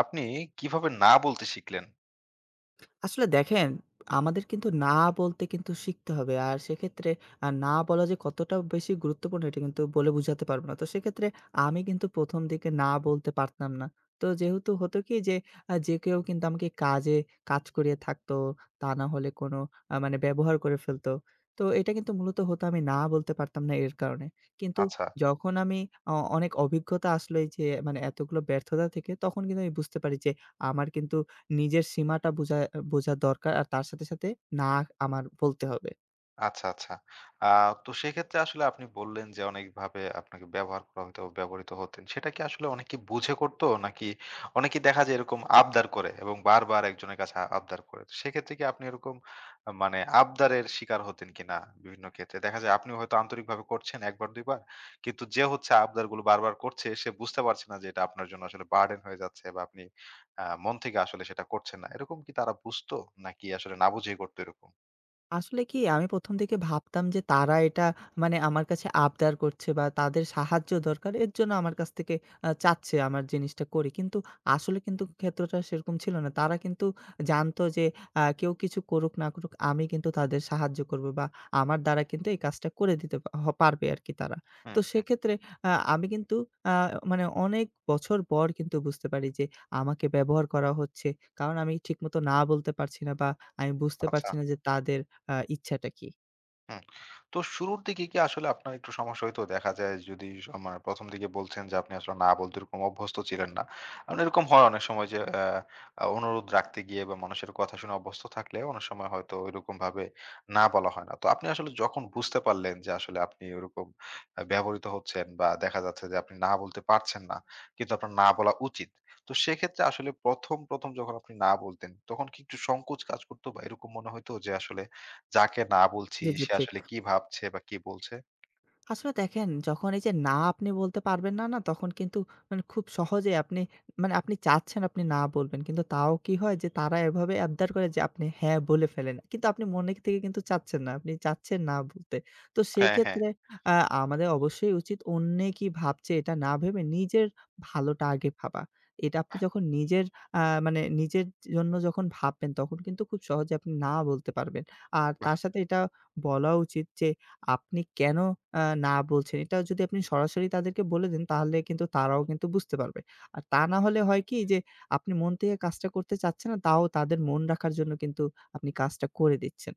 আপনি কিভাবে না বলতে শিখলেন? আসলে দেখেন, আমাদের কিন্তু না বলতে কিন্তু শিখতে হবে। আর সেক্ষেত্রে না বলা যে কতটা বেশি গুরুত্বপূর্ণ এটা কিন্তু বলে বুঝাতে পারব না। তো সেক্ষেত্রে আমি কিন্তু ১ম দিকে না বলতে পারতাম না। তো যেহেতু হতো কি যে, যে কেউ কিন্তু আমাকে কাজে কাজ করিয়ে থাকতো। তা না হলে কোনো মানে ব্যবহার করে ফেলতো। তো এটা কিন্তু মূলত হতো আমি না বলতে পারতাম না এর কারণে। কিন্তু আচ্ছা। যখন আমি অনেক অভিজ্ঞতা আসলো এই যে মানে এতগুলো ব্যর্থতা থেকে তখন কিন্তু আমি বুঝতে পারি যে আমার কিন্তু নিজের সীমাটা বোঝা বোঝা দরকার। আর তার সাথে, সাথে না আমার বলতে হবে। আচ্ছা, আচ্ছা। আ তো সেক্ষেত্রে আসলে আপনি বললেন যে অনেকভাবে আপনাকে ব্যবহার করা হতো, ব্যবহৃত হতেন। সেটা কি আসলে অনেকে বুঝে করত? নাকি অনেকেই দেখা যায় এরকম আবদার করে এবং বারবার একজনের কাছে আবদার করে। তো সেক্ষেত্রে কি আপনি এরকম মানে আবদারের শিকার হতেন কিনা বিভিন্ন ক্ষেত্রে? দেখা যায় আপনি হয়তো আন্তরিকভাবে করছেন ১ বার ২ বার। কিন্তু যে হচ্ছে আবদারগুলো বারবার করছে সে বুঝতে পারছে না যে এটা আপনার জন্য আসলে বার্ডেন হয়ে যাচ্ছে বা আপনি মন থেকে আসলে সেটা করছেন না। এরকম কি তারা বুঝতো? নাকি আসলে না বুঝেই করতো এরকম? আসলে কি আমি ১ম দিকে ভাবতাম যে তারা এটা মানে আমার কাছে আবদার করছে বা তাদের সাহায্য দরকার এর জন্য আমার কাছ থেকে চাচ্ছে আমার জিনিসটা করি। কিন্তু আসলে কিন্তু ক্ষেত্রটা সেরকম ছিল না। তারা কিন্তু জানতো যে কেউ কিছু করুক না করুক আমি কিন্তু তাদের সাহায্য করব বা আমার দ্বারা কিন্তু এই কাজটা করে দিতে পা হ পারবে আরকি তারা। হুম, তো হুম। সেক্ষেত্রে আমি কিন্তু আ মানে অনেক বছর পর কিন্তু বুঝতে পারি যে আমাকে ব্যবহার করা হচ্ছে। কারণ আমি ঠিকমতো না বলতে পারছি না বা আমি বুঝতে আচ্ছা। পারছি না যে তাদের ইচ্ছাটা কি? হুম। তো শুরুর দিকে কি আসলে আপনার একটু সমস্যা হইতো? দেখা যায় যদি আমার ১ম দিকে বলছেন যে আপনি আসলে না বলতে এরকম অভ্যস্ত ছিলেন না। কারণ এরকম হয় অনেক সময় যে আ আ অনুরোধ রাখতে গিয়ে বা মানুষের কথা শুনে অভ্যস্ত থাকলে অনেক সময় হয়তো ওইরকমভাবে না বলা হয় না। তো আপনি আসলে যখন বুঝতে পারলেন যে আসলে আপনি ওরকম ব্যবহৃত হচ্ছেন বা দেখা যাচ্ছে যে আপনি না বলতে পারছেন না, কিন্তু আপনার না বলা উচিত। তো সেক্ষেত্রে আসলে ১ম যখন আপনি না বলতেন তখন কি একটু সংকোচ কাজ করতো বা এরকম মনে হইতো যে আসলে যাকে না বলছি জি, জি, সে ঠিক। আসলে কি ভাবছে বা কি বলছে? আসলে দেখেন, যখন এই যে না আপনি বলতে পারবেন না, না? তখন কিন্তু মানে খুব সহজেই আপনি মানে আপনি চাচ্ছেন আপনি না বলবেন। কিন্তু তাও কি হয় যে তারা এভাবে আবদার করে যে আপনি হ্যাঁ বলে ফেলেন। কিন্তু আপনি মনে থেকে কিন্তু চাচ্ছেন না। আপনি চাচ্ছেন না বলতে। তো হ্যাঁ, হ্যাঁ। সেক্ষেত্রে আ আমাদের অবশ্যই উচিত অন্যে কি ভাবছে এটা না ভেবে নিজের ভালোটা আগে ভাবা। এটা আপনি যখন নিজের মানে নিজের জন্য যখন ভাববেন তখন কিন্তু খুব সহজে আপনি না বলতে পারবেন। আর তার সাথে এটা বলা উচিত যে আপনি কেন না বলছেন, এটা যদি আপনি সরাসরি তাদেরকে বলে দেন তাহলে কিন্তু তারাও কিন্তু বুঝতে পারবে। আর তা না হলে হয় কি যে আপনি মন থেকে কাজটা করতে চাচ্ছেন না, তাও তাদের মন রাখার জন্য কিন্তু আপনি কাজটা করে দিচ্ছেন।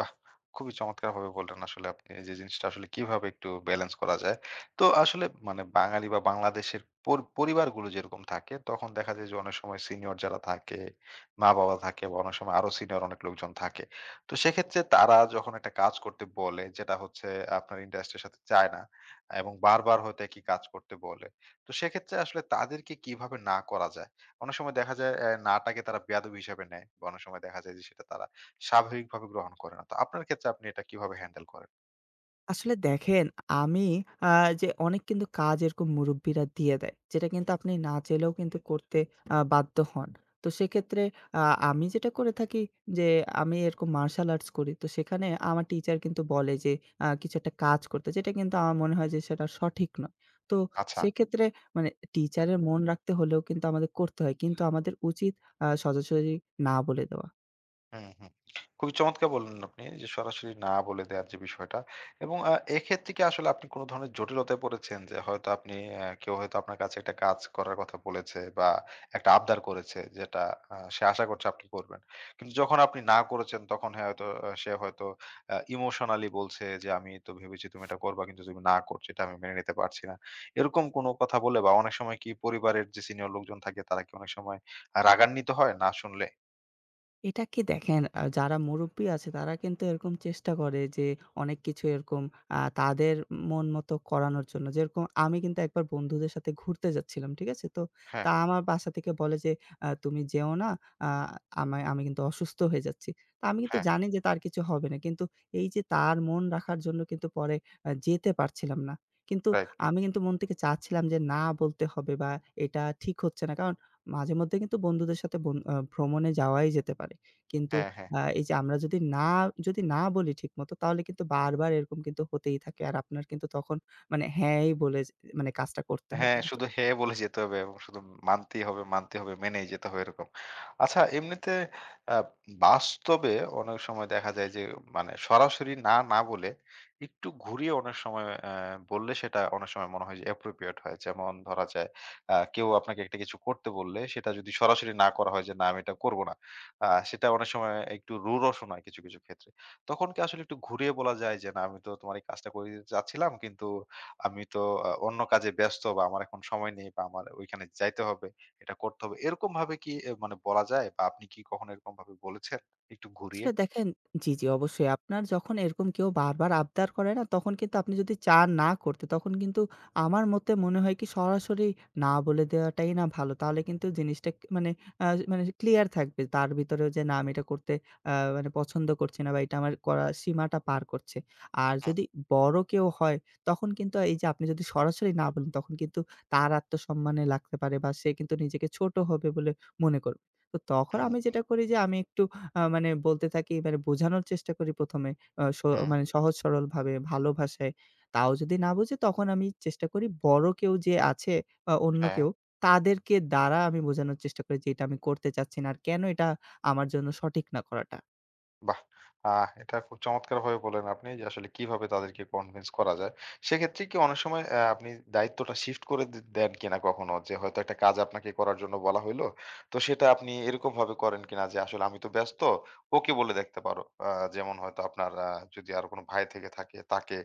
বাহ! খুবই চমৎকারভাবে বললেন আসলে আপনি যে জিনিসটা আসলে কিভাবে একটু ব্যালেন্স করা যায়। তো আসলে মানে বাঙালি বা বাংলাদেশের পরিবারগুলো যেরকম থাকে তখন দেখা যায় যে অনেক সময় সিনিয়র যারা থাকে, মা-বাবা থাকে বা অনেক সময় আরো সিনিয়র অনেক লোকজন থাকে। তো সেক্ষেত্রে তারা যখন একটা কাজ করতে বলে যেটা হচ্ছে আপনার ইন্টারেস্টের সাথে যায় না এবং বারবার হয়তো একই কাজ করতে বলে। তো সেক্ষেত্রে আসলে তাদেরকে কিভাবে না করা যায়? অনেক সময় দেখা যায় না টাকে তারা বেয়াদবি হিসেবে নেয় বা অনেক সময় দেখা যায় যে সেটা তারা স্বাভাবিকভাবে গ্রহণ করে না। তো আপনার ক্ষেত্রে আপনি এটা কিভাবে হ্যান্ডেল করেন? আসলে দেখেন, আমি আ যে অনেক কিন্তু কাজ এরকম মুরুব্বিরা দিয়ে দেয়। যেটা কিন্তু আপনি না চাইলেও কিন্তু করতে বাধ্য হন। তো সেক্ষেত্রে আ আমি যেটা করে থাকি যে আমি এরকম মার্শাল আর্টস করি। তো সেখানে আমার টিচার কিন্তু বলে যে কিছু একটা কাজ করতে। যেটা কিন্তু আমার মনে হয় যে সেটা সঠিক নয়। তো আচ্ছা, সেক্ষেত্রে মানে টিচারের মন রাখতে হলেও কিন্তু আমাদের করতে হয়। কিন্তু আমাদের উচিত সোজাসুজি না বলে দেওয়া। হুম, হুম। খুবই চমৎকার বললেন আপনি যে সরাসরি না বলে দেওয়ার যে বিষয়টা। এবং এক্ষেত্রে কি আসলে আপনি কোন ধরনের জটিলতায় পড়েছেন? যে হয়তো আপনি কেউ হয়তো আপনার কাছে একটা কাজ করার কথা বলেছে বা একটা আবদার করেছে যেটা সে আশা করছে আপনি করবেন। কিন্তু যখন আপনি না করেছেন তখন হ্যাঁ, হয়তো সে হয়তো ইমোশনালি বলছে যে, "আমি তো ভেবেছি তুমি এটা করবা কিন্তু তুমি না করছো এটা আমি মেনে নিতে পারছি না।" এরকম কোনো কথা বলে বা অনেক সময় কি পরিবারের যে সিনিয়র লোকজন থাকে তারা কি অনেক সময় রাগান্বিত হয় না শুনলে? এটা কি দেখেন, যারা মুরুব্বি আছে তারা কিন্তু এরকম চেষ্টা করে যে অনেক কিছু এরকম তাদের মন মতো করানোর জন্য। যেরকম আমি কিন্তু একবার বন্ধুদের সাথে ঘুরতে যাচ্ছিলাম, ঠিক আছে? তো হ্যাঁ, তা আমার বাসা থেকে বলে যে, তুমি যেও না, আ আমি কিন্তু অসুস্থ হয়ে যাচ্ছি।" তো আমি কিন্তু হ্যাঁ, জানি যে তার কিছু হবে না। কিন্তু এই যে তার মন রাখার জন্য কিন্তু পরে যেতে পারছিলাম না। কিন্তু রাইট। আমি কিন্তু মন থেকে চাচ্ছিলাম যে না বলতে হবে বা এটা ঠিক হচ্ছে না। কারণ মাঝে মধ্যে কিন্তু বন্ধুদের সাথে বন আ ভ্রমণে যাওয়াই যেতে পারে। কিন্তু হ্যাঁ, হ্যাঁ। এই যে আমরা যদি না বলি ঠিকমতো তাহলে কিন্তু বারবার এরকম কিন্তু হতেই থাকে। আর আপনার কিন্তু তখন মানে হ্যাঁই বলে যে মানে কাজটা করতে হয় হ্যাঁ, কিন্তু। শুধু হ্যাঁ বলে যেতে হবে এবং শুধু মানতেই হবে, মানতে হবে, মেনেই যেতে হবে এরকম। আচ্ছা এমনিতে আ বাস্তবে অনেক সময় দেখা যায় যে মানে সরাসরি না, না বলে একটু ঘুরিয়ে অনেক সময় বললে সেটা অনেক সময় মনে হয় যে appropriate হয়। যেমন ধরা যায় কেউ আপনাকে একটা কিছু করতে বললে সেটা যদি সরাসরি না করা হয় যে না আমি এটা করব না। সেটা অনেক সময় একটু রূঢ়ও শোনায় কিছু, কিছু ক্ষেত্রে। তখন কি আসলে একটু ঘুরিয়ে বলা যায় যে না আমি তো তোমার এই কাজটা করে দিতে চাচ্ছিলাম কিন্তু আমি তো অন্য কাজে ব্যস্ত বা আমার এখন সময় নেই বা আমার ওইখানে যাইতে হবে, এটা করতে হবে। এরকম ভাবে কি মানে বলা যায় বা আপনি কি কখনো এরকম ভাবে বলেছেন একটু ঘুরিয়ে? আসলে দেখেন, জি, জি, অবশ্যই। আপনার যখন এরকম কেউ বারবার আবদার করে না, তখন কিন্তু আপনি যদি না করতে, তখন কিন্তু আমার মতে মনে হয় কি সরাসরি না বলে দেওয়াটাই না ভালো। তাহলে কিন্তু জিনিসটা মানে মানে ক্লিয়ার থাকবে। তার ভিতরেও যে না আমি এটা করতে মানে পছন্দ করছি না বা এটা আমার করা সীমাটা পার করছে। আর হুম, যদি বড় কেউ হয়, তখন কিন্তু এই যে আপনি যদি সরাসরি না বলেন, তখন কিন্তু তার আত্মসম্মানে লাগতে পারে বা সে কিন্তু নিজেকে ছোট হবে বলে মনে করবে। তো তখন আমি হুম, যেটা করি যে আমি একটু মানে বলতে থাকি মানে বোঝানোর চেষ্টা করি ১ম এ আ স হুম। মানে সহজ সরলভাবে ভালো ভাষায়। তাও যদি না বুঝে তখন আমি চেষ্টা করি বড় কেউ যে আছে বা অন্য হ্যাঁ। কেউ তাদেরকে দ্বারা আমি বোঝানোর চেষ্টা করি যে এটা আমি করতে চাচ্ছি না আর কেন এটা আমার জন্য সঠিক না করাটা। বাহ! আহ, এটা খুব চমৎকারভাবে বললেন আপনি যে আসলে কিভাবে তাদেরকে কনভিন্স করা যায়। সেক্ষেত্রে কি অনেক সময় আপনি দায়িত্বটা শিফট করে দেন কিনা কখনো? যে হয়তো একটা কাজ আপনাকে করার জন্য বলা হইলো। তো সেটা আপনি এরকমভাবে করেন কিনা যে আসলে আমি তো ব্যস্ত, ওকে বলে দেখতে পারো। আ যেমন হয়তো আপনার যদি আরো কোনো ভাই থেকে থাকে তাকে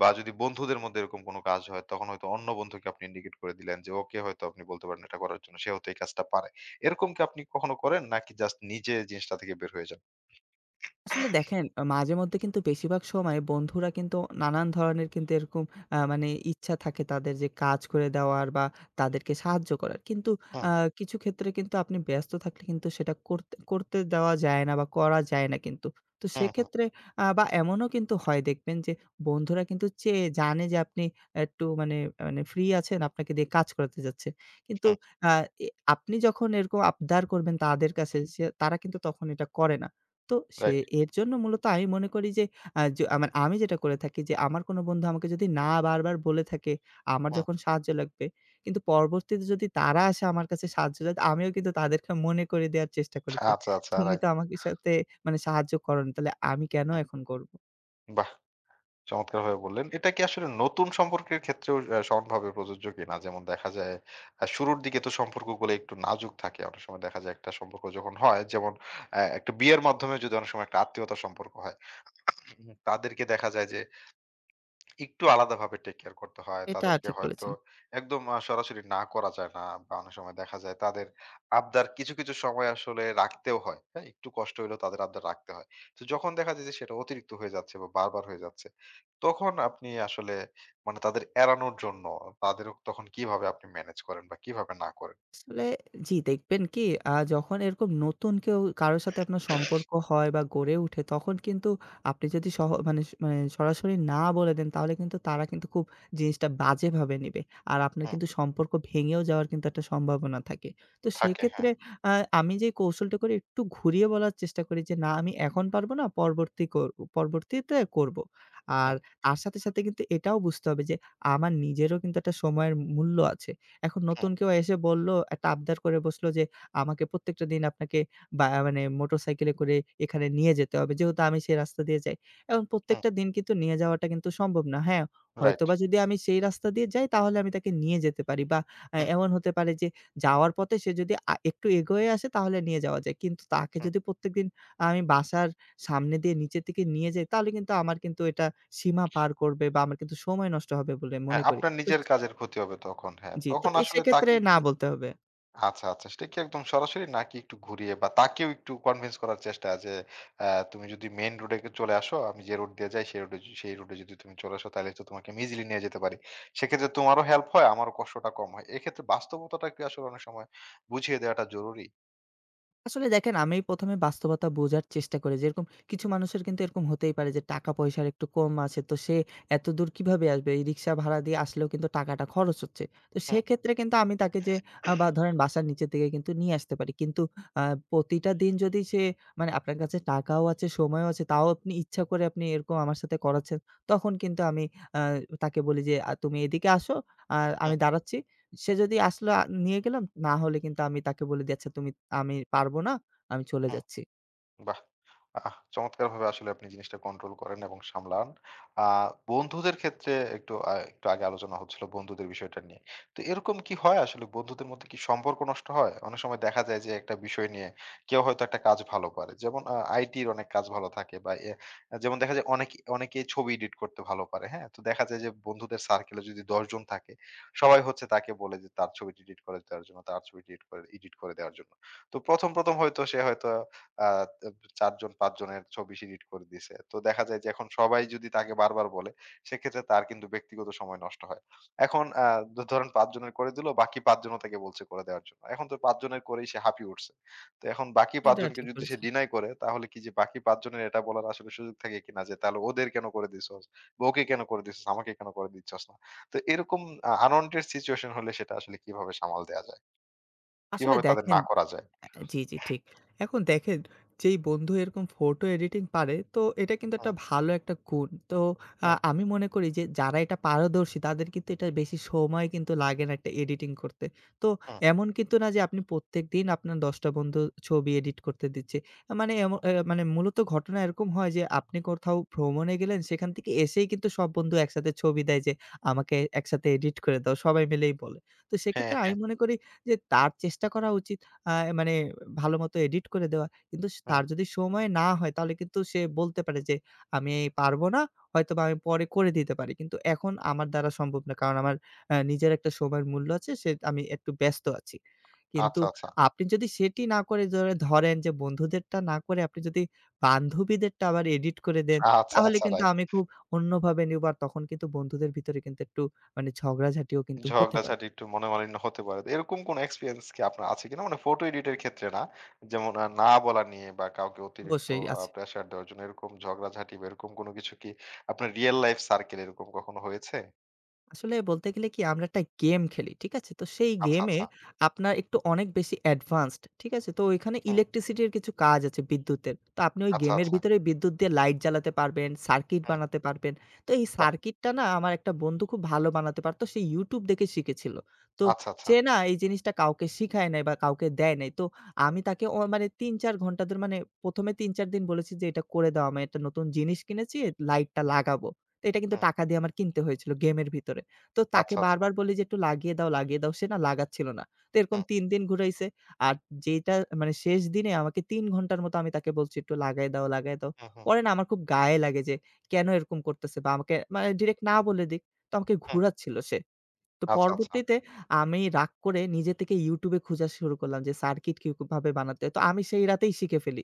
বা যদি বন্ধুদের মধ্যে এরকম কোনো কাজ হয় তখন হয়তো অন্য বন্ধুকে আপনি ইন্ডিকেট করে দিলেন যে ওকে হয়তো আপনি বলতে পারেন এটা করার জন্য। সে হয়তো এই কাজটা পারে। এরকম কি আপনি কখনো করেন নাকি জাস্ট নিজে জিনিসটা থেকে বের হয়ে আসলে দেখেন, মাঝে মধ্যে কিন্তু বেশিরভাগ সময় বন্ধুরা কিন্তু নানান ধরনের কিন্তু এরকম মানে ইচ্ছা থাকে তাদের যে কাজ করে দেওয়ার বা তাদেরকে সাহায্য করার। কিন্তু যান? আ কিছু ক্ষেত্রে কিন্তু আপনি ব্যস্ত থাকলে কিন্তু সেটা করতে করতে দেওয়া যায় না বা করা যায় না কিন্তু। তো হুম, হুম, সেক্ষেত্রে বা এমনও কিন্তু হয় দেখবেন যে বন্ধুরা কিন্তু চেয়ে জানে যে আপনি একটু মানে মানে ফ্রি আছেন, আপনাকে দিয়ে কাজ করাতে যাচ্ছে। কিন্তু হুম। আ এ আপনি যখন এরকম আবদার করবেন তাদের কাছে সে তারা কিন্তু তখন এটা করে না। তো সে রাইট। এর জন্য মূলত আমি মনে করি যে আ য আমার আমি যেটা করে থাকি যে আমার কোনো বন্ধু আমাকে যদি না বারবার বলে থাকে, আমার হুম। যখন সাহায্য লাগবে, কিন্তু পরবর্তীতে যদি তারা আসে আমার কাছে সাহায্য চায়, আমিও কিন্তু তাদেরকে মনে করে দেওয়ার চেষ্টা করি যে, আচ্ছা, আচ্ছা, "তুমি রাইট। তো আমাকে সাথে মানে সাহায্য করোনি, তাহলে আমি কেন হুম। এখন করব?" বাহ! চমৎকারভাবে বললেন। এটা কি আসলে নতুন সম্পর্কের ক্ষেত্রেও সমানভাবে প্রযোজ্য কিনা? যেমন দেখা যায় শুরুর দিকে তো সম্পর্কগুলো একটু নাজুক থাকে। অনেক সময় দেখা যায় একটা সম্পর্ক যখন হয় যেমন একটা বিয়ের মাধ্যমে যদি অনেক সময় একটা আত্মীয়তার সম্পর্ক হয়, হুম। তাদেরকে দেখা যায় যে একটু আলাদাভাবে টেক কেয়ার করতে হয়। এটা তাদেরকে ঠিক হয়তো বলেছেন। একদম সরাসরি না করা যায় না বা অনেক সময় দেখা যায় তাদের আবদার কিছু, কিছু সময় আসলে রাখতেও হয়। হ্যাঁ? একটু কষ্ট হইলেও তাদের আবদার রাখতে হয়। তো যখন দেখা যায় যে সেটা অতিরিক্ত হয়ে যাচ্ছে বা বারবার হয়ে যাচ্ছে, তখন আপনি আসলে মানে তাদের এড়ানোর জন্য তাদের তখন কিভাবে আপনি ম্যানেজ করেন বা কিভাবে না করেন? আসলে জি, দেখবেন কি যখন এরকম নতুন কেউ কারো সাথে আপনার সম্পর্ক হয় বা গড়ে উঠে তখন কিন্তু আপনি যদি সহ মানে স- মানে সরাসরি না বলে দেন তাহলে কিন্তু তারা কিন্তু খুব জিনিসটা বাজেভাবে নিবে। আর আপনার হুম, কিন্তু সম্পর্ক ভেঙেও যাওয়ার কিন্তু একটা সম্ভাবনা থাকে। তো থাকে হ্যাঁ। সেক্ষেত্রে আ আমি যে কৌশলটা করি একটু ঘুরিয়ে বলার চেষ্টা করি যে, "না আমি এখন পারব না পরবর্তীতে করব।" হুম, আর তার সাথে, সাথে কিন্তু এটাও বুঝতে হবে যে আমার নিজেরও কিন্তু একটা সময়ের মূল্য আছে। এখন হুম, নতুন কেউ এসে বলল, একটা আবদার করে বসলো যে, "আমাকে প্রত্যেকটা দিন আপনাকে বা মানে মোটরসাইকেলে করে এখানে নিয়ে যেতে হবে।" যেহেতু আমি সেই রাস্তা দিয়ে যাই। এখন হুম। প্রত্যেকটা দিন কিন্তু নিয়ে যাওয়াটা কিন্তু সম্ভব না। হ্যাঁ, রাইট। হয়তোবা যদি আমি সেই রাস্তা দিয়ে যাই তাহলে আমি তাকে নিয়ে যেতে পারি বা হুম, এমন হতে পারে যে যাওয়ার পথে সে যদি একটু এগোয়ে আসে তাহলে নিয়ে যাওয়া যায়। কিন্তু তাকে হুম। যদি প্রত্যেকদিন আমি বাসার সামনে দিয়ে নিচের দিকে নিয়ে যাই তাহলে কিন্তু আমার কিন্তু এটা সীমা পার করবে বা আমার কিন্তু সময় নষ্ট হবে বলে হ্যাঁ, মনে করি। আপনার তো নিজের কাজের ক্ষতি হবে তখন। হ্যাঁ, জি, তো তখন এ আসলে সেক্ষেত্রে তাকে না কি? বলতে হবে। আচ্ছা, আচ্ছা। সেটা কি একদম সরাসরি নাকি একটু ঘুরিয়ে বা তাকেও একটু কনভিন্স করার চেষ্টা যে আ তুমি যদি মেইন রোডে চলে আসো, আমি যে রুট দিয়ে যাই সেই রুটে যদি তুমি চলে আসো তাহলে তো তোমাকে আমি ইজিলি নিয়ে যেতে পারি। সেক্ষেত্রে তোমারও হেল্প হয়, আমারও কষ্টটা কম হয়। এক্ষেত্রে বাস্তবতাটাকে আসলে অনেক সময় বুঝিয়ে দেওয়াটা জরুরি। আসলে দেখেন, আমি ১ম এ বাস্তবতা বোঝার চেষ্টা করি। যেরকম কিছু মানুষের কিন্তু এরকম হতেই পারে যে টাকা-পয়সার একটু কম আছে। তো সে এতদূর কিভাবে আসবে? এই রিক্সা ভাড়া দিয়ে আসলেও কিন্তু টাকাটা খরচ হচ্ছে। তো হুম, সেক্ষেত্রে কিন্তু আমি তাকে যে আ বা ধরেন বাসার নিচের দিকে কিন্তু নিয়ে আসতে পারি। কিন্তু আ প্রতিটা দিন যদি সে মানে আপনার কাছে টাকাও আছে, সময়ও আছে, তাও আপনি ইচ্ছা করে আপনি এরকম আমার সাথে করাচ্ছেন, তখন কিন্তু আমি আ তাকে বলি যে, তুমি এদিকে আসো, আর হুম, আমি দাঁড়াচ্ছি।" সে যদি আসলো নিয়ে গেলাম। না হলে কিন্তু আমি তাকে বলে দিই, "আচ্ছা তুমি আমি পারব না। আমি চলে হুম। যাচ্ছি।" বাহ! আহ, চমৎকারভাবে আসলে আপনি জিনিসটা কন্ট্রোল করেন এবং সামলান। আ বন্ধুদের ক্ষেত্রে একটু একটু আগে আলোচনা হচ্ছিল বন্ধুদের বিষয়টা নিয়ে। তো এরকম কি হয় আসলে বন্ধুদের মধ্যে কি সম্পর্ক নষ্ট হয়? অনেক সময় দেখা যায় যে একটা বিষয় নিয়ে কেউ হয়তো একটা কাজ ভালো পারে। যেমন আইটির অনেক কাজ ভালো থাকে বা যেমন দেখা যায় অনেকেই ছবি এডিট করতে ভালো পারে, হ্যাঁ? তো দেখা যায় যে বন্ধুদের সার্কেলে যদি ১০ জন থাকে, সবাই হচ্ছে তাকে বলে যে তার ছবিটি এডিট করে দেওয়ার জন্য, তার ছবিটি এডিট করে দেওয়ার জন্য। তো ১ম হয়তো সে হয়তো আ ৪ জন ৫ জনের ছবি সে এডিট করে দিছে। তো দেখা যায় যে এখন সবাই যদি তাকে বারবার বলে, সেক্ষেত্রে তার কিন্তু ব্যক্তিগত সময় নষ্ট হয়। এখন আ দ ধরেন ৫ জনের করে দিল, বাকি ৫ জনও তাকে বলছে করে দেওয়ার জন্য। এখন তো ৫ জনের করেই সে হাঁপিয়ে উঠছে। তো এখন বাকি ৫ এটা জনকে ঠিক যদি সে বলেছেন। ডিনাই করে, তাহলে কি যে বাকি ৫ জনের এটা বলার আসলে সুযোগ থাকে কিনা যে, "তাহলে ওদের কেন করে দিছস? বা ওকে কেন করে দিছস? আমাকে কেন করে দিচ্ছস না?" তো এরকম আনওয়ান্টেড সিচুয়েশন হলে সেটা আসলে কিভাবে সামাল দেয়া যায়? আসলে কিভাবে তাদের দেখেন, না করা যায়? জি, জি, ঠিক। এখন দেখেন, যেই বন্ধু এরকম ফটো এডিটিং পারে তো এটা কিন্তু হুম, একটা ভালো একটা গুণ। তো হুম, আমি মনে করি যে যারা এটা পারদর্শী তাদের কিন্তু এটা বেশি সময় কিন্তু লাগে না একটা এডিটিং করতে। তো হুম, এমন কিন্তু না যে আপনি প্রত্যেকদিন আপনার ১০ টা বন্ধুর ছবি এডিট করতে দিচ্ছে। আ মানে এম হুম। এ মানে মূলত ঘটনা এরকম হয় যে আপনি কোথাও ভ্রমণে গেলেন সেখান থেকে এসেই কিন্তু সব বন্ধু একসাথে ছবি দেয় যে আমাকে একসাথে এডিট করে দাও। সবাই মিলেই বলে। তো হ্যাঁ, সেক্ষেত্রে হ্যাঁ, আমি মনে করি যে তার চেষ্টা করা উচিত আ মানে ভালোমতো এডিট করে দেওয়া। কিন্তু হুম। তার যদি সময় না হয় তাহলে কিন্তু সে বলতে পারে যে, "আমি পারব না, হয়তোবা আমি পরে করে দিতে পারি। কিন্তু এখন আমার দ্বারা সম্ভব না। কারণ আমার নিজের একটা সময়ের মূল্য আছে। আমি একটু ব্যস্ত আছি।" কিন্তু আচ্ছা, আচ্ছা। আপনি যদি সেটি না করে ধরে ধরেন যে বন্ধুদেরটা না করে আপনি যদি বান্ধবীদেরটা আবার এডিট করে দেন, আচ্ছা, তাহলে আচ্ছা, কিন্তু রাইট। আমি খুব অন্যভাবে নিব আর তখন কিন্তু বন্ধুদের ভিতরে কিন্তু একটু মানে ঝগড়াঝাটিও কিন্তু হতে পারে। ঝগড়াঝাটি একটু মনোমালিন্য হতে পারে। তো এরকম কোনো এক্সপেরিয়েন্স কি আপনার আছে কিনা? মানে ফটো এডিট এর ক্ষেত্রে না। যেমন না বলা নিয়ে বা কাউকে অতিরিক্ত অবশ্যই আছে। প্রেশার দেওয়ার জন্য এরকম ঝগড়াঝাটি বা এরকম কোনো কিছু কি আপনার রিয়াল লাইফ সার্কেল এরকম কখনো হয়েছে? আসলে বলতে গেলে কি আমরা একটা গেম খেলি। ঠিক আছে? তো সেই আচ্ছা, গেমে আচ্ছা। আপনার একটু অনেক বেশি অ্যাডভান্সড। ঠিক আছে? তো ওইখানে হুম। ইলেকট্রিসিটির কিছু কাজ আছে বিদ্যুতের। তো আপনি ওই আচ্ছা, গেমের আচ্ছা। ভিতরে বিদ্যুৎ দিয়ে লাইট জ্বালাতে পারবেন, সার্কিট হুম। বানাতে পারবেন। তো এই বাহ! সার্কিটটা না আমার একটা বন্ধু খুব ভালো বানাতে পারত। সে YouTube দেখে শিখেছিল। তো আচ্ছা, আচ্ছা। সে না এই জিনিসটা কাউকে শিখায় নাই বা কাউকে দেয় নাই। তো আমি তাকে মানে ৩-৪ ঘন্টা ধরে মানে ১ম এ ৩-৪ দিন বলেছি যে, "এটা করে দাও আমায়। একটা নতুন জিনিস কিনেছি, লাইটটা হুম, লাগাবো।" তো এটা কিন্তু হুম। টাকা দিয়ে আমার কিনতে হয়েছিল গেমের ভিতরে। তো তাকে আচ্ছা, আচ্ছা। বারবার বলি যে, "একটু লাগিয়ে দাও, লাগিয়ে দাও।" সে না লাগাচ্ছিল না। তো এরকম হুম, ৩ দিন ঘুরাইছে। আর যেটা মানে শেষ দিনে আমাকে ৩ ঘন্টার মতো আমি তাকে বলছি, "একটু লাগায় দাও, লাগায় দাও।" হুম, হুম, পরে না আমার খুব গায়ে লাগে যে, কেন এরকম করতেছে বা আমাকে মানে ডিরেক্ট না বলে দিক। তো আমাকে হুম। ঘুরাচ্ছিল সে। তো আচ্ছা, আচ্ছা। পরবর্তীতে আমি রাগ করে নিজে থেকে YouTube এ খোঁজা শুরু করলাম যে সার্কিট কিভাবে বানাতে হয়। তো আমি সেই রাতেই শিখে ফেলি।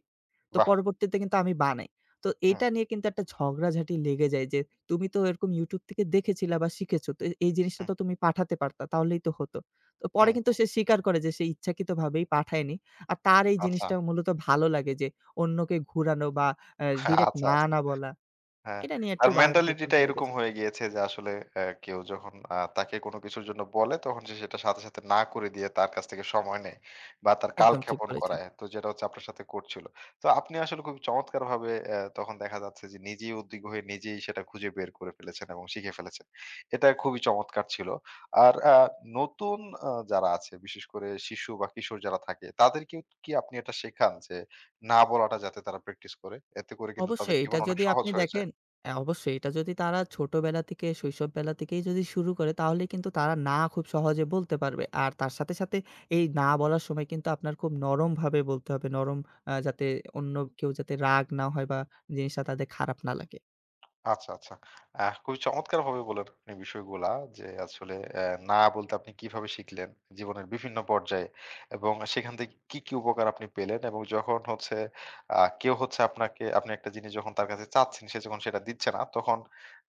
তো বাহ! পরবর্তীতে কিন্তু আমি বানাই। তো হুম, এটা নিয়ে কিন্তু একটা ঝগড়াঝাটি লেগে যায় যে, "তুমি তো এরকম YouTube থেকে দেখেছিলা বা শিখেছো। তো এই জিনিসটা হুম, তো তুমি পাঠাতে পারতা। তাহলেই তো হতো।" তো পরে হুম, কিন্তু হুম। সে স্বীকার করে যে সে ইচ্ছাকৃতভাবেই পাঠায়নি। আর তার এই আচ্ছা। জিনিসটা মূলত ভালো লাগে যে অন্যকে ঘুরানো বা ডিরেক্ট আচ্ছা, না, আচ্ছা। না বলা। হ্যাঁ, এটা নিয়ে একটু তার বাদ মেন্টালিটি টা বিতন্ডে এরকম লেগেছে। হয়ে গিয়েছে যে আসলে কেউ যখন তাকে কোনো কিছুর জন্য বলে তখন সে সেটা সাথে, সাথে না করে দিয়ে তার কাছ থেকে সময় নেয় বা তার একদম ঠিক কালক্ষেপণ বলেছেন। করায়। তো যেটা হচ্ছে আপনার সাথে করছিল। তো আপনি আসলে খুব চমৎকারভাবে তখন দেখা যাচ্ছে যে নিজেই উদ্বিগ্ন হয়ে নিজেই সেটা খুঁজে বের করে ফেলেছেন এবং শিখে ফেলেছেন। এটা খুবই চমৎকার ছিল। আর নতুন যারা আছে বিশেষ করে শিশু বা কিশোর যারা থাকে তাদেরকেও কি আপনি এটা শেখান যে না বলাটা যাতে তারা প্র্যাকটিস করে? এতে করে কিন্তু তাদের অবশ্যই জীবন এটা অনেক যদি সহজ আপনি হয়ে যায়। দেখেন অবশ্যই এটা যদি তারা ছোটবেলা থেকে শৈশব বেলা থেকেই যদি শুরু করে তাহলে কিন্তু তারা না খুব সহজে বলতে পারবে। আর তার সাথে, সাথে এই না বলার সময় কিন্তু আপনার খুব নরমভাবে বলতে হবে। নরম যাতে অন্য কেউ যাতে রাগ না হয় বা জিনিসটা তাদের খারাপ না লাগে। আচ্ছা, আচ্ছা। আহ, খুবই চমৎকারভাবে বললেন আপনি বিষয়গুলা যে আসলে না বলতে আপনি কিভাবে শিখলেন জীবনের বিভিন্ন পর্যায়ে এবং সেখান থেকে কি, কি উপকার আপনি পেলেন এবং যখন হচ্ছে কেউ হচ্ছে আপনাকে আপনি একটা জিনিস যখন তার কাছে চাচ্ছেন সে যখন সেটা দিচ্ছে না তখন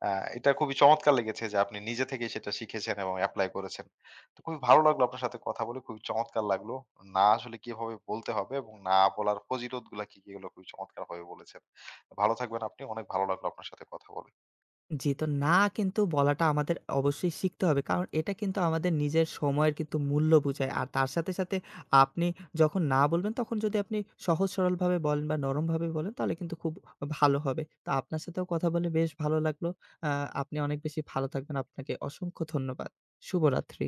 আ এটা খুবই চমৎকার লেগেছে যে আপনি নিজে থেকেই সেটা শিখেছেন এবং এপ্লাই করেছেন। তো খুবই ভালো লাগলো আপনার সাথে কথা বলে, খুবই চমৎকার লাগলো। না আসলে কিভাবে বলতে হবে এবং না বলার ফজিলতগুলা কি, কি এগুলো খুবই চমৎকারভাবে বলেছেন। ভালো থাকবেন আপনি। অনেক ভালো লাগলো আপনার সাথে কথা বলে। জি, তো না কিন্তু বলাটা আমাদের অবশ্যই শিখতে হবে। কারণ এটা কিন্তু আমাদের নিজের সময়ের কিন্তু মূল্য বুঝায়। আর তার সাথে, সাথে আপনি যখন না বলবেন তখন যদি আপনি সহজ সরলভাবে বলেন বা নরমভাবে বলেন তাহলে কিন্তু খুব ভালো হবে। তো আপনার সাথেও কথা বলে বেশ ভালো লাগলো। আ আপনি অনেক বেশি ভালো থাকবেন। আপনাকে অসংখ্য ধন্যবাদ। শুভরাত্রি।